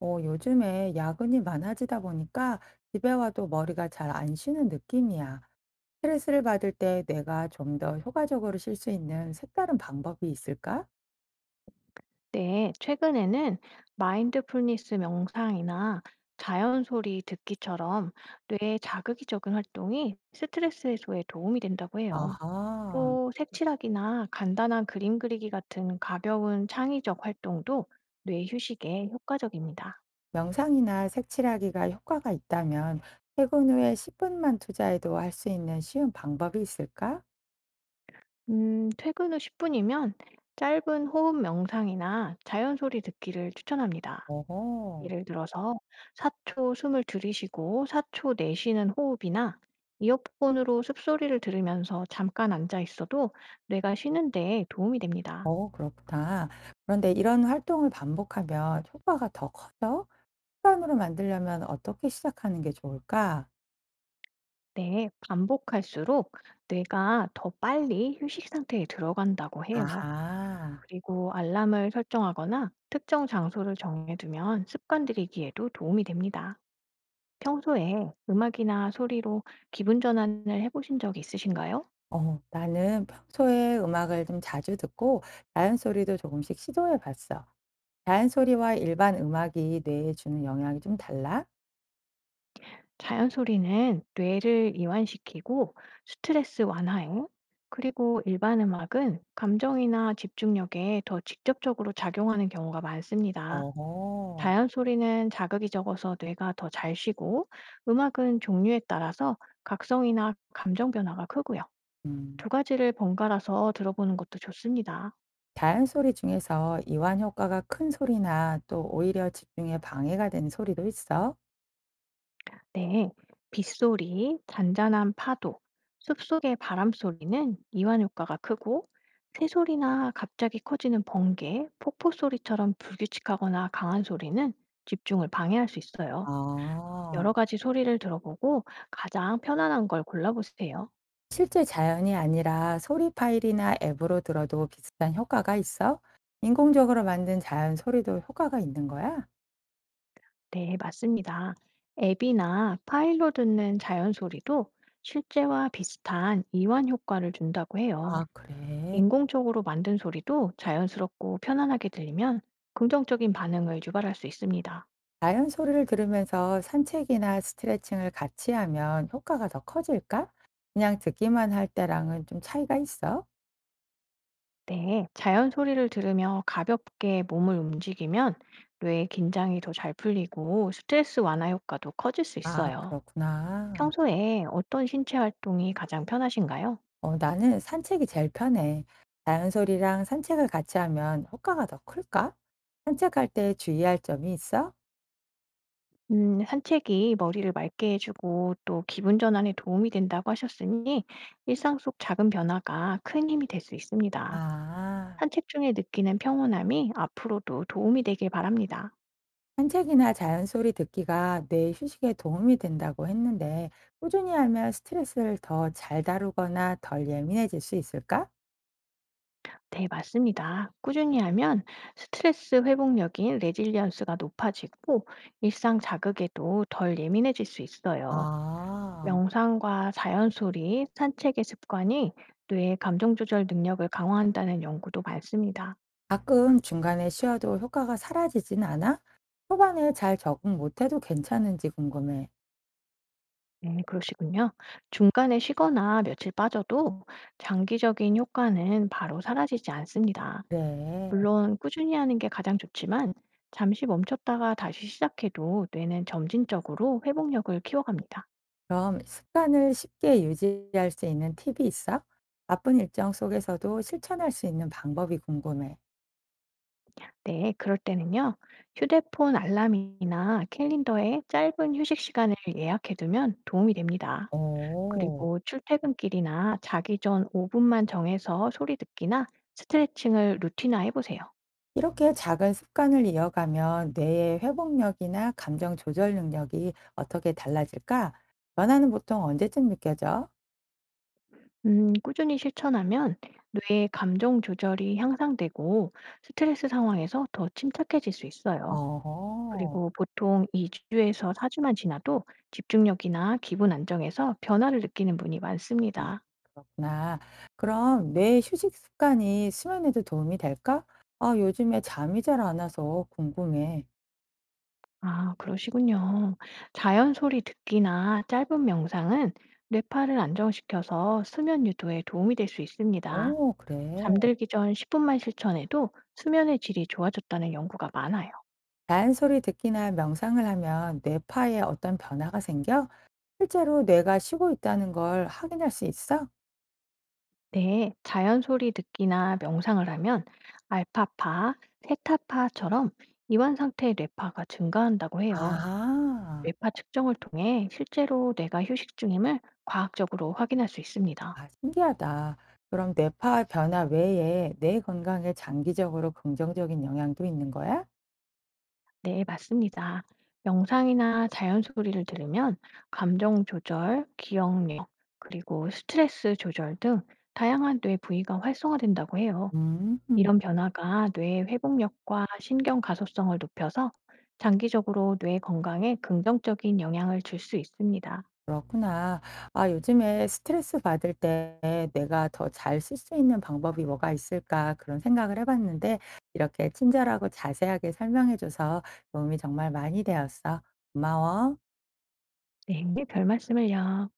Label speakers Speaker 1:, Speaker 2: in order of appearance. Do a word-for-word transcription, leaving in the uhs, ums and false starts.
Speaker 1: 어, 요즘에 야근이 많아지다 보니까 집에 와도 머리가 잘 안 쉬는 느낌이야. 스트레스를 받을 때 내가 좀 더 효과적으로 쉴 수 있는 색다른 방법이 있을까?
Speaker 2: 네, 최근에는 마인드풀니스 명상이나 자연 소리 듣기처럼 뇌에 자극이 적은 활동이 스트레스 해소에 도움이 된다고 해요.
Speaker 1: 아하.
Speaker 2: 또 색칠하기나 간단한 그림 그리기 같은 가벼운 창의적 활동도 뇌 휴식에 효과적입니다.
Speaker 1: 명상이나 색칠하기가 효과가 있다면 퇴근 후에 십 분만 투자해도 할 수 있는 쉬운 방법이 있을까?
Speaker 2: 음, 퇴근 후 십 분이면 짧은 호흡 명상이나 자연 소리 듣기를 추천합니다.
Speaker 1: 오호.
Speaker 2: 예를 들어서 사 초 숨을 들이쉬고 사 초 내쉬는 호흡이나 이어폰으로 숲소리를 들으면서 잠깐 앉아 있어도 뇌가 쉬는 데 도움이 됩니다.
Speaker 1: 어, 그렇구나. 그런데 이런 활동을 반복하면 효과가 더 커져? 습관으로 만들려면 어떻게 시작하는 게 좋을까?
Speaker 2: 네, 반복할수록 뇌가 더 빨리 휴식 상태에 들어간다고 해요.
Speaker 1: 아하.
Speaker 2: 그리고 알람을 설정하거나 특정 장소를 정해두면 습관 들이기에도 도움이 됩니다. 평소에 음악이나 소리로 기분 전환을 해보신 적 있으신가요?
Speaker 1: 어, 나는 평소에 음악을 좀 자주 듣고 자연 소리도 조금씩 시도해 봤어. 자연 소리와 일반 음악이 뇌에 주는 영향이 좀 달라?
Speaker 2: 자연 소리는 뇌를 이완시키고 스트레스 완화에, 그리고 일반 음악은 감정이나 집중력에 더 직접적으로 작용하는 경우가 많습니다.
Speaker 1: 어.
Speaker 2: 자연 소리는 자극이 적어서 뇌가 더 잘 쉬고, 음악은 종류에 따라서 각성이나 감정 변화가 크고요.
Speaker 1: 음.
Speaker 2: 두 가지를 번갈아서 들어보는 것도 좋습니다.
Speaker 1: 자연 소리 중에서 이완 효과가 큰 소리나 또 오히려 집중에 방해가 되는 소리도 있어?
Speaker 2: 네, 빗소리, 잔잔한 파도, 숲속의 바람 소리는 이완 효과가 크고, 새소리나 갑자기 커지는 번개, 폭포 소리처럼 불규칙하거나 강한 소리는 집중을 방해할 수 있어요. 여러
Speaker 1: 아.
Speaker 2: 가지 소리를 들어보고 가장 편안한 걸 골라보세요.
Speaker 1: 실제 자연이 아니라 소리 파일이나 앱으로 들어도 비슷한 효과가 있어? 인공적으로 만든 자연 소리도 효과가 있는 거야?
Speaker 2: 네, 맞습니다. 앱이나 파일로 듣는 자연 소리도 실제와 비슷한 이완 효과를 준다고 해요.
Speaker 1: 아, 그래.
Speaker 2: 인공적으로 만든 소리도 자연스럽고 편안하게 들리면 긍정적인 반응을 유발할 수 있습니다.
Speaker 1: 자연 소리를 들으면서 산책이나 스트레칭을 같이 하면 효과가 더 커질까? 그냥 듣기만 할 때랑은 좀 차이가 있어?
Speaker 2: 네, 자연 소리를 들으며 가볍게 몸을 움직이면 뇌의 긴장이 더 잘 풀리고 스트레스 완화 효과도 커질 수
Speaker 1: 아,
Speaker 2: 있어요.
Speaker 1: 그렇구나.
Speaker 2: 평소에 어떤 신체 활동이 가장 편하신가요?
Speaker 1: 어, 나는 산책이 제일 편해. 자연 소리랑 산책을 같이 하면 효과가 더 클까? 산책할 때 주의할 점이 있어?
Speaker 2: 음, 산책이 머리를 맑게 해주고 또 기분 전환에 도움이 된다고 하셨으니 일상 속 작은 변화가 큰 힘이 될 수 있습니다.
Speaker 1: 아.
Speaker 2: 산책 중에 느끼는 평온함이 앞으로도 도움이 되길 바랍니다.
Speaker 1: 산책이나 자연 소리 듣기가 뇌 휴식에 도움이 된다고 했는데, 꾸준히 하면 스트레스를 더 잘 다루거나 덜 예민해질 수 있을까?
Speaker 2: 네, 맞습니다. 꾸준히 하면 스트레스 회복력인 레질리언스가 높아지고 일상 자극에도 덜 예민해질 수 있어요.
Speaker 1: 아,
Speaker 2: 명상과 자연 소리, 산책의 습관이 뇌의 감정 조절 능력을 강화한다는 연구도 많습니다.
Speaker 1: 가끔 중간에 쉬어도 효과가 사라지진 않아? 초반에 잘 적응 못해도 괜찮은지 궁금해.
Speaker 2: 네, 그러시군요. 중간에 쉬거나 며칠 빠져도 장기적인 효과는 바로 사라지지 않습니다.
Speaker 1: 그래.
Speaker 2: 물론 꾸준히 하는 게 가장 좋지만 잠시 멈췄다가 다시 시작해도 뇌는 점진적으로 회복력을 키워갑니다.
Speaker 1: 그럼 습관을 쉽게 유지할 수 있는 팁이 있어? 바쁜 일정 속에서도 실천할 수 있는 방법이 궁금해.
Speaker 2: 네, 그럴 때는요. 휴대폰 알람이나 캘린더에 짧은 휴식 시간을 예약해두면 도움이 됩니다.
Speaker 1: 오.
Speaker 2: 그리고 출퇴근길이나 자기 전 오 분만 정해서 소리 듣기나 스트레칭을 루틴화 해보세요.
Speaker 1: 이렇게 작은 습관을 이어가면 뇌의 회복력이나 감정 조절 능력이 어떻게 달라질까? 변화는 보통 언제쯤 느껴져?
Speaker 2: 음, 꾸준히 실천하면 뇌의 감정 조절이 향상되고 스트레스 상황에서 더 침착해질 수 있어요.
Speaker 1: 어,
Speaker 2: 그리고 보통 이 주에서 사 주만 지나도 집중력이나 기분 안정에서 변화를 느끼는 분이 많습니다.
Speaker 1: 그렇구나. 그럼 뇌의 휴식 습관이 수면에도 도움이 될까? 아, 요즘에 잠이 잘 안 와서 궁금해.
Speaker 2: 아, 그러시군요. 자연 소리 듣기나 짧은 명상은 뇌파를 안정시켜서 수면 유도에 도움이 될 수 있습니다.
Speaker 1: 오, 그래.
Speaker 2: 잠들기 전 십 분만 실천해도 수면의 질이 좋아졌다는 연구가 많아요.
Speaker 1: 자연소리 듣기나 명상을 하면 뇌파에 어떤 변화가 생겨? 실제로 뇌가 쉬고 있다는 걸 확인할 수 있어?
Speaker 2: 네, 자연 소리 듣기나 명상을 하면 알파파, 세타파처럼 이완 상태의 뇌파가 증가한다고 해요.
Speaker 1: 아.
Speaker 2: 뇌파 측정을 통해 실제로 뇌가 휴식 중임을 과학적으로 확인할 수 있습니다.
Speaker 1: 아, 신기하다. 그럼 뇌파 변화 외에 뇌 건강에 장기적으로 긍정적인 영향도 있는 거야?
Speaker 2: 네, 맞습니다. 명상이나 자연 소리를 들으면 감정 조절, 기억력, 그리고 스트레스 조절 등 다양한 뇌 부위가 활성화된다고 해요.
Speaker 1: 음,
Speaker 2: 이런 변화가 뇌의 회복력과 신경 가소성을 높여서 장기적으로 뇌 건강에 긍정적인 영향을 줄 수 있습니다.
Speaker 1: 그렇구나. 아, 요즘에 스트레스 받을 때 내가 더 잘 쓸 수 있는 방법이 뭐가 있을까 그런 생각을 해봤는데 이렇게 친절하고 자세하게 설명해줘서 도움이 정말 많이 되었어. 고마워.
Speaker 2: 네, 별 말씀을요.